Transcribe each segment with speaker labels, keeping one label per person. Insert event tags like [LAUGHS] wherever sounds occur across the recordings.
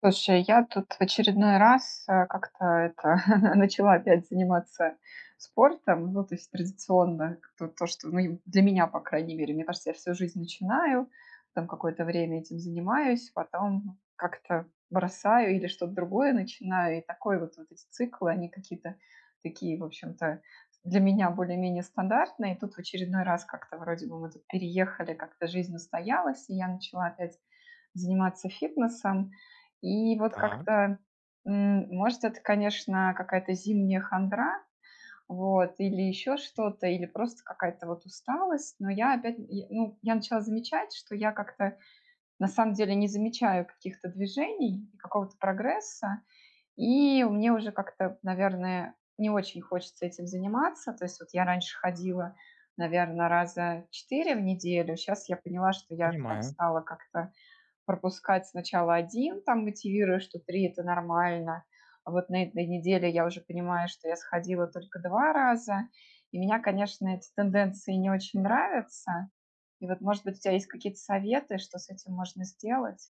Speaker 1: Слушай, я тут в очередной раз как-то это [LAUGHS] начала опять заниматься спортом. Ну, то есть традиционно то, что, ну, и для меня, по крайней мере, мне кажется, я всю жизнь начинаю, там какое-то время этим занимаюсь, потом как-то бросаю или что-то другое начинаю, и такой вот эти циклы, они какие-то такие, в общем-то, для меня более-менее стандартные. И тут в очередной раз как-то вроде бы мы тут переехали, как-то жизнь устоялась, и я начала опять заниматься фитнесом, и вот
Speaker 2: Так,
Speaker 1: как-то, может, это, конечно, какая-то зимняя хандра, вот, или еще что-то, или просто какая-то вот усталость. Но я опять, и, ну, я начала замечать, что я как-то на самом деле не замечаю каких-то движений и какого-то прогресса, и мне уже как-то, наверное, не очень хочется этим заниматься. То есть вот я раньше ходила, наверное, раза четыре в неделю, сейчас я поняла, что я там
Speaker 2: понимаю.
Speaker 1: стала как-то пропускать сначала один, там мотивируя, что три это нормально. А вот на этой неделе я уже понимаю, что я сходила только 2 раза. И меня, конечно, эти тенденции не очень нравятся. И вот, может быть, у тебя есть какие-то советы, что с этим можно сделать?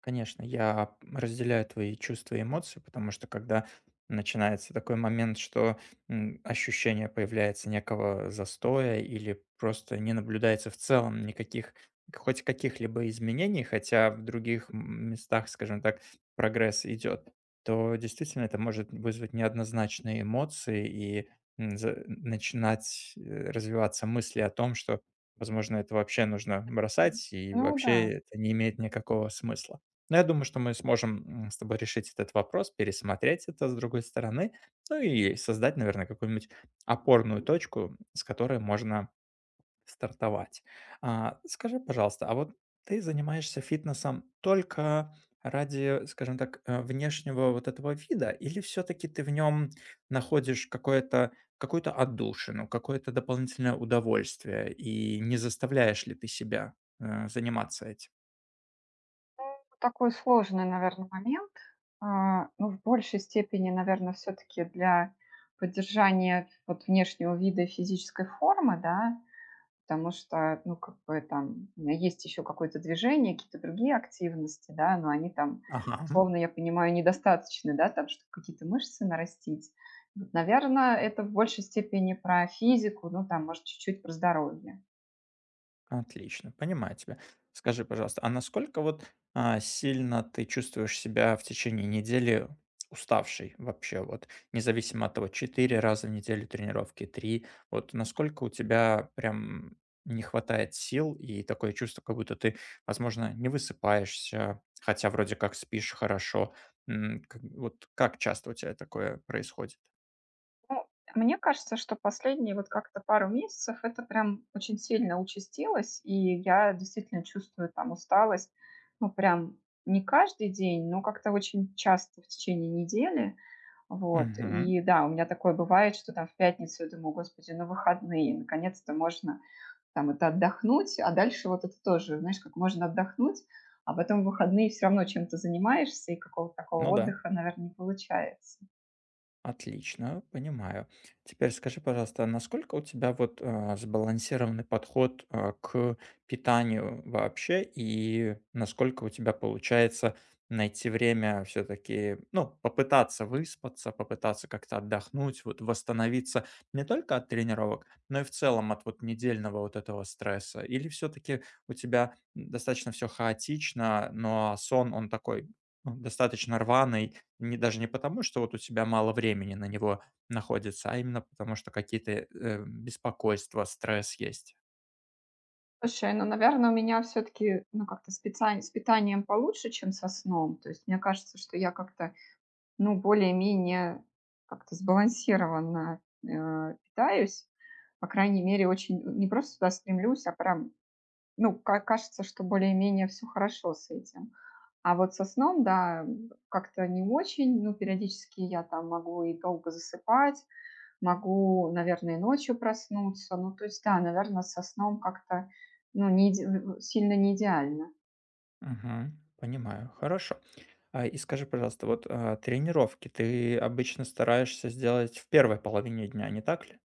Speaker 2: Конечно, я разделяю твои чувства и эмоции, потому что когда начинается такой момент, что ощущение появляется некого застоя или просто не наблюдается в целом никаких, хоть каких-либо изменений, хотя в других местах, скажем так, прогресс идет, то действительно это может вызвать неоднозначные эмоции и начинать развиваться мысли о том, что, возможно, это вообще нужно
Speaker 1: Мгм.
Speaker 2: бросать и
Speaker 1: Ну да,
Speaker 2: вообще это не имеет никакого смысла. Но я думаю, что мы сможем с тобой решить этот вопрос, пересмотреть это с другой стороны, ну и создать, наверное, какую-нибудь опорную точку, с которой можно стартовать. Скажи, пожалуйста, а вот ты занимаешься фитнесом только ради, скажем так, внешнего вот этого вида, или все-таки ты в нем находишь какое-то какую-то отдушину, какое-то дополнительное удовольствие, и не заставляешь ли ты себя заниматься этим?
Speaker 1: такой сложный, наверное, момент. Ну, в большей степени, наверное, все-таки для поддержания вот внешнего вида и физической формы, да. Потому что, ну, как бы там у меня есть еще какое-то движение, какие-то другие активности, да, но они там,
Speaker 2: Ага.
Speaker 1: условно, я понимаю, недостаточны, да, там, чтобы какие-то мышцы нарастить. Вот, наверное, это в большей степени про физику, ну, там, может, чуть-чуть про здоровье.
Speaker 2: Отлично, понимаю тебя. Скажи, пожалуйста, а насколько вот сильно ты чувствуешь себя в течение недели уставшей вообще, вот, независимо от того, четыре раза в неделю тренировки, три, вот, насколько у тебя прям не хватает сил и такое чувство, как будто ты, возможно, не высыпаешься, хотя вроде как спишь хорошо. Вот как часто у тебя такое происходит?
Speaker 1: Ну, мне кажется, что последние вот как-то пару месяцев это прям очень сильно участилось, и я действительно чувствую там усталость, ну, прям не каждый день, но как-то очень часто в течение недели. Вот, и
Speaker 2: Мгм.
Speaker 1: да, у меня такое бывает, что там в пятницу я думаю, господи, на выходные, наконец-то можно там это отдохнуть, а дальше вот это тоже, знаешь, как можно отдохнуть, а потом в выходные все равно чем-то занимаешься, и какого-то такого
Speaker 2: Ну да.
Speaker 1: отдыха, наверное, не получается.
Speaker 2: Отлично, понимаю. Теперь скажи, пожалуйста, насколько у тебя вот сбалансированный подход к питанию вообще, и насколько у тебя получается найти время все-таки, ну, попытаться выспаться, попытаться как-то отдохнуть, вот восстановиться не только от тренировок, но и в целом от вот недельного вот этого стресса? Или все-таки у тебя достаточно все хаотично, но сон он такой ну, достаточно рваный, не даже не потому, что вот у тебя мало времени на него находится, а именно потому, что какие-то, беспокойства, стресс есть.
Speaker 1: Слушай, ну, наверное, у меня все таки ну, как-то с питанием получше, чем со сном. То есть мне кажется, что я как-то, ну, более-менее как-то сбалансированно, питаюсь. По крайней мере, очень не просто туда стремлюсь, а прям, ну, ка кажется, что более-менее все хорошо с этим. А вот со сном, да, как-то не очень. Ну, периодически я там могу и долго засыпать, могу, наверное, ночью проснуться. Ну, то есть, да, наверное, со сном как-то, ну, не иде- сильно не идеально.
Speaker 2: Мгм. Понимаю. Хорошо. И скажи, пожалуйста, вот, тренировки ты обычно стараешься сделать в первой половине дня, не так ли?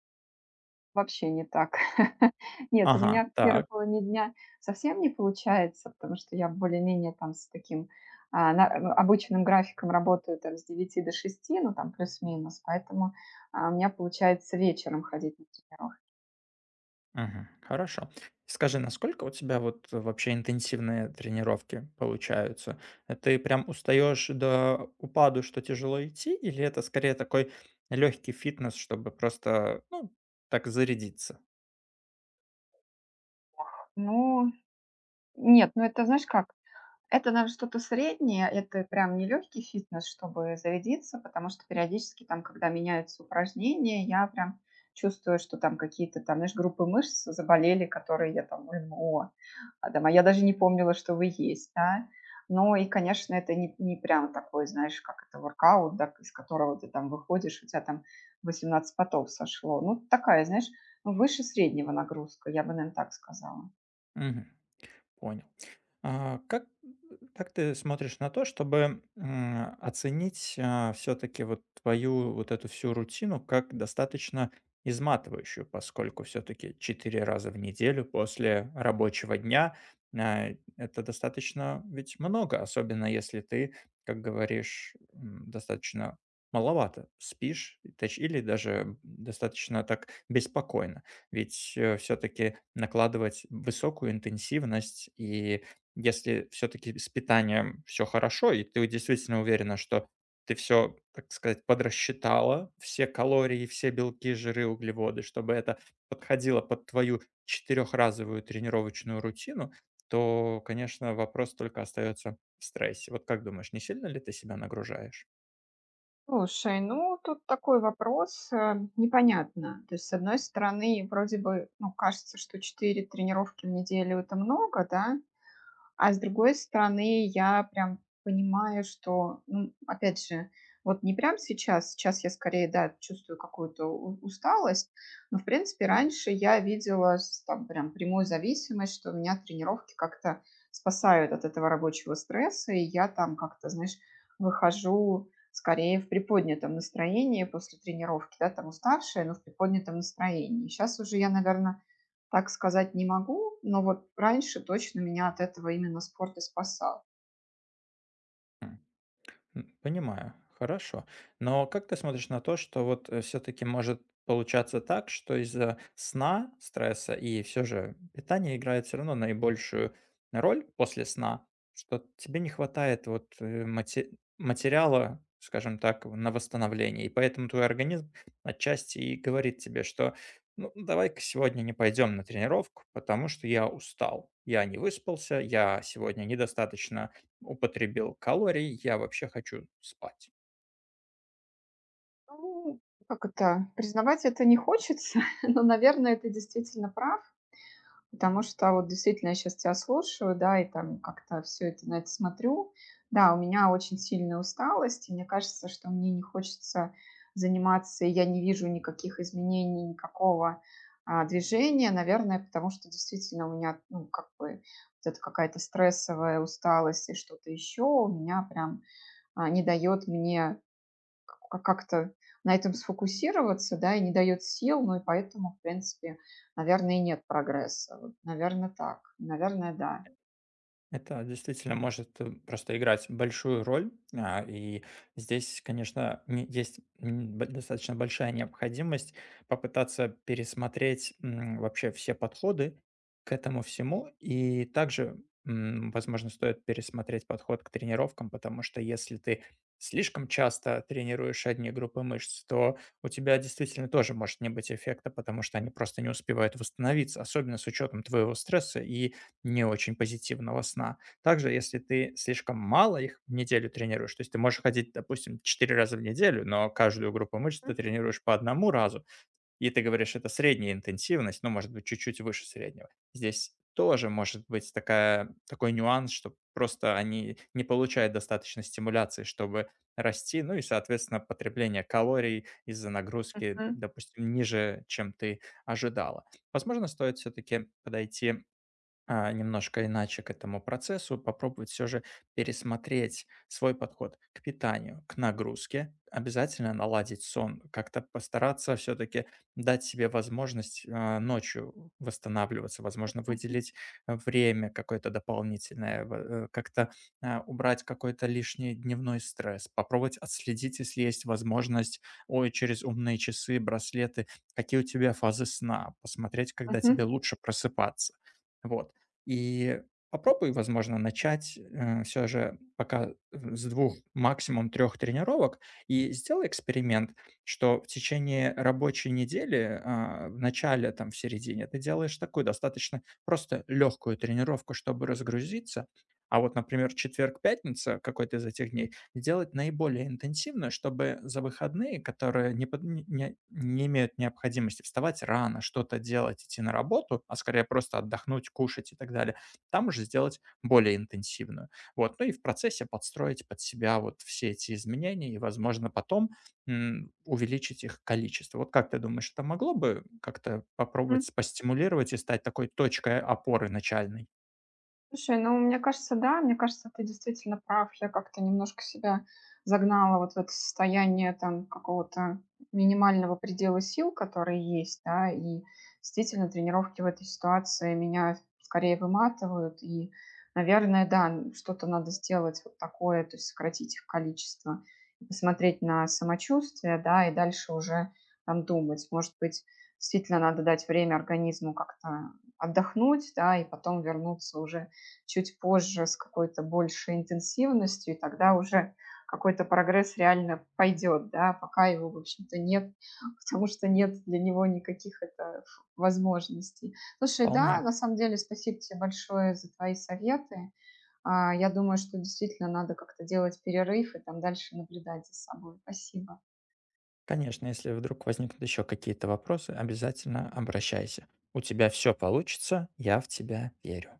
Speaker 1: Вообще не так. [LAUGHS] Нет, у
Speaker 2: Ага,
Speaker 1: меня в первой
Speaker 2: так.
Speaker 1: половине дня совсем не получается, потому что я более-менее там с таким ну, обычным графиком работаю там с девяти до шести, ну, там плюс-минус, поэтому у меня получается вечером ходить на тренировку.
Speaker 2: Мгм. Хорошо. Скажи, насколько у тебя вот вообще интенсивные тренировки получаются? Ты прям устаешь до упаду, что тяжело идти, или это скорее такой легкий фитнес, чтобы просто, ну, так зарядиться?
Speaker 1: Ну, нет, ну это знаешь как? Это, наверно, что-то среднее. Это прям не легкий фитнес, чтобы зарядиться, потому что периодически там, когда меняются упражнения, я прям чувствую, что там какие-то там, знаешь, группы мышц заболели, которые я там: "Блин, о, а там, а я даже не помнила, что вы есть", да. Ну и, конечно, это не прям такой, знаешь, как это, воркаут, да, из которого ты там выходишь, у тебя там 18 потов сошло. Ну, такая, знаешь, ну, выше среднего нагрузка, я бы, наверно, так сказала.
Speaker 2: Мгм. Понял. А, как, как ты смотришь на то, чтобы оценить все-таки вот твою вот эту всю рутину как достаточно изматывающую, поскольку все-таки 4 раза в неделю после рабочего дня а, это достаточно ведь много, особенно если ты, как говоришь, достаточно маловато спишь и или даже достаточно так беспокойно. Ведь все-таки накладывать высокую интенсивность и если все-таки с питанием все хорошо, и ты действительно уверена, что ты все, так сказать, подрасчитала, все калории, все белки, жиры, углеводы, чтобы это подходило под твою четырехразовую тренировочную рутину, то, конечно, вопрос только остается в стрессе. Вот как думаешь, не сильно ли ты себя нагружаешь?
Speaker 1: Слушай, ну тут такой вопрос, непонятно. То есть, с одной стороны, вроде бы, ну, кажется, что 4 тренировки в неделю это много, да, а с другой стороны, я прям понимаю, что, ну, опять же, вот не прям сейчас, сейчас я скорее, да, чувствую какую-то усталость. Но, в принципе, раньше я видела там прям прямую зависимость, что у меня тренировки как-то спасают от этого рабочего стресса, и я там как-то, знаешь, выхожу скорее в приподнятом настроении после тренировки, да, там уставшая, но в приподнятом настроении. Сейчас уже я, наверное, так сказать не могу, но вот раньше точно меня от этого именно спорт и спасал.
Speaker 2: Понимаю, хорошо. Но как ты смотришь на то, что вот все-таки может получаться так, что из-за сна, стресса и все же питание играет все равно наибольшую роль после сна, что тебе не хватает вот материала, скажем так, на восстановление, и поэтому твой организм отчасти и говорит тебе, что ну, давай-ка сегодня не пойдем на тренировку, потому что я устал, я не выспался, я сегодня недостаточно употребил калорий, я вообще хочу спать.
Speaker 1: Ну, как это, признавать это не хочется, [LAUGHS] но, наверное, ты действительно прав. Потому что вот действительно я сейчас тебя слушаю, да, и там как-то все это, на это смотрю. Да, у меня очень сильная усталость, и мне кажется, что мне не хочется заниматься, и я не вижу никаких изменений, никакого, движения, наверное, потому что действительно у меня, ну, как бы вот эта какая-то стрессовая усталость и что-то еще у меня прям, не дает мне как-то на этом сфокусироваться, да, и не дает сил. Ну и поэтому, в принципе, наверное, и нет прогресса. Вот, наверное, так. Наверное, да.
Speaker 2: Это действительно может просто играть большую роль. И здесь, конечно, есть достаточно большая необходимость попытаться пересмотреть вообще все подходы к этому всему. И также, возможно, стоит пересмотреть подход к тренировкам, потому что если ты слишком часто тренируешь одни группы мышц, то у тебя действительно тоже может не быть эффекта, потому что они просто не успевают восстановиться, особенно с учетом твоего стресса и не очень позитивного сна. Также, если ты слишком мало их в неделю тренируешь, то есть ты можешь ходить, допустим, 4 раза в неделю, но каждую группу мышц ты тренируешь по одному разу, и ты говоришь, это средняя интенсивность, ну, может быть, чуть-чуть выше среднего. Здесь тоже может быть такой нюанс, что просто они не получают достаточно стимуляции, чтобы расти, ну и, соответственно, потребление калорий из-за нагрузки,
Speaker 1: Мгм.
Speaker 2: допустим, ниже, чем ты ожидала. Возможно, стоит все-таки подойти немножко иначе к этому процессу, попробовать все же пересмотреть свой подход к питанию, к нагрузке, обязательно наладить сон, как-то постараться все-таки дать себе возможность ночью восстанавливаться, возможно,
Speaker 1: Мгм.
Speaker 2: выделить время какое-то дополнительное, как-то убрать какой-то лишний дневной стресс, попробовать отследить, если есть возможность, ой, через умные часы, браслеты, какие у тебя фазы сна, посмотреть, когда тебе
Speaker 1: Мгм.
Speaker 2: лучше просыпаться. Вот. И попробуй, возможно, начать, все же пока с двух, максимум трех тренировок. И сделай эксперимент, что в течение рабочей недели, в начале, там, в середине ты делаешь такую достаточно просто легкую тренировку, чтобы разгрузиться. А вот, например, четверг, пятница, какой-то из этих дней, сделать наиболее интенсивную, чтобы за выходные, которые не, под- не, не- не имеют необходимости вставать рано, что-то делать, идти на работу, а скорее просто отдохнуть, кушать и так далее, там уже сделать более интенсивную. Вот, ну и в процессе подстроить под себя вот все эти изменения и, возможно, потом увеличить их количество. Вот как ты думаешь, это могло бы как-то
Speaker 1: Мгм.
Speaker 2: попробовать постимулировать и стать такой точкой опоры начальной?
Speaker 1: Слушай, ну, мне кажется, да, мне кажется, ты действительно прав. Я как-то немножко себя загнала вот в это состояние там какого-то минимального предела сил, который есть, да, и действительно тренировки в этой ситуации меня скорее выматывают, и, наверное, да, что-то надо сделать вот такое, то есть сократить их количество и посмотреть на самочувствие, да, и дальше уже там думать. Может быть, действительно надо дать время организму как-то отдохнуть, да, и потом вернуться уже чуть позже с какой-то большей интенсивностью, и тогда уже какой-то прогресс реально пойдет, да, пока его, в общем-то, нет, [LAUGHS] потому что нет для него никаких это возможностей. Слушай, да,
Speaker 2: Вполне.
Speaker 1: на самом деле, спасибо тебе большое за твои советы. Я думаю, что действительно надо как-то делать перерыв и там дальше наблюдать за собой. Спасибо.
Speaker 2: Конечно, если вдруг возникнут еще какие-то вопросы, обязательно обращайся. У тебя все получится, я в тебя верю.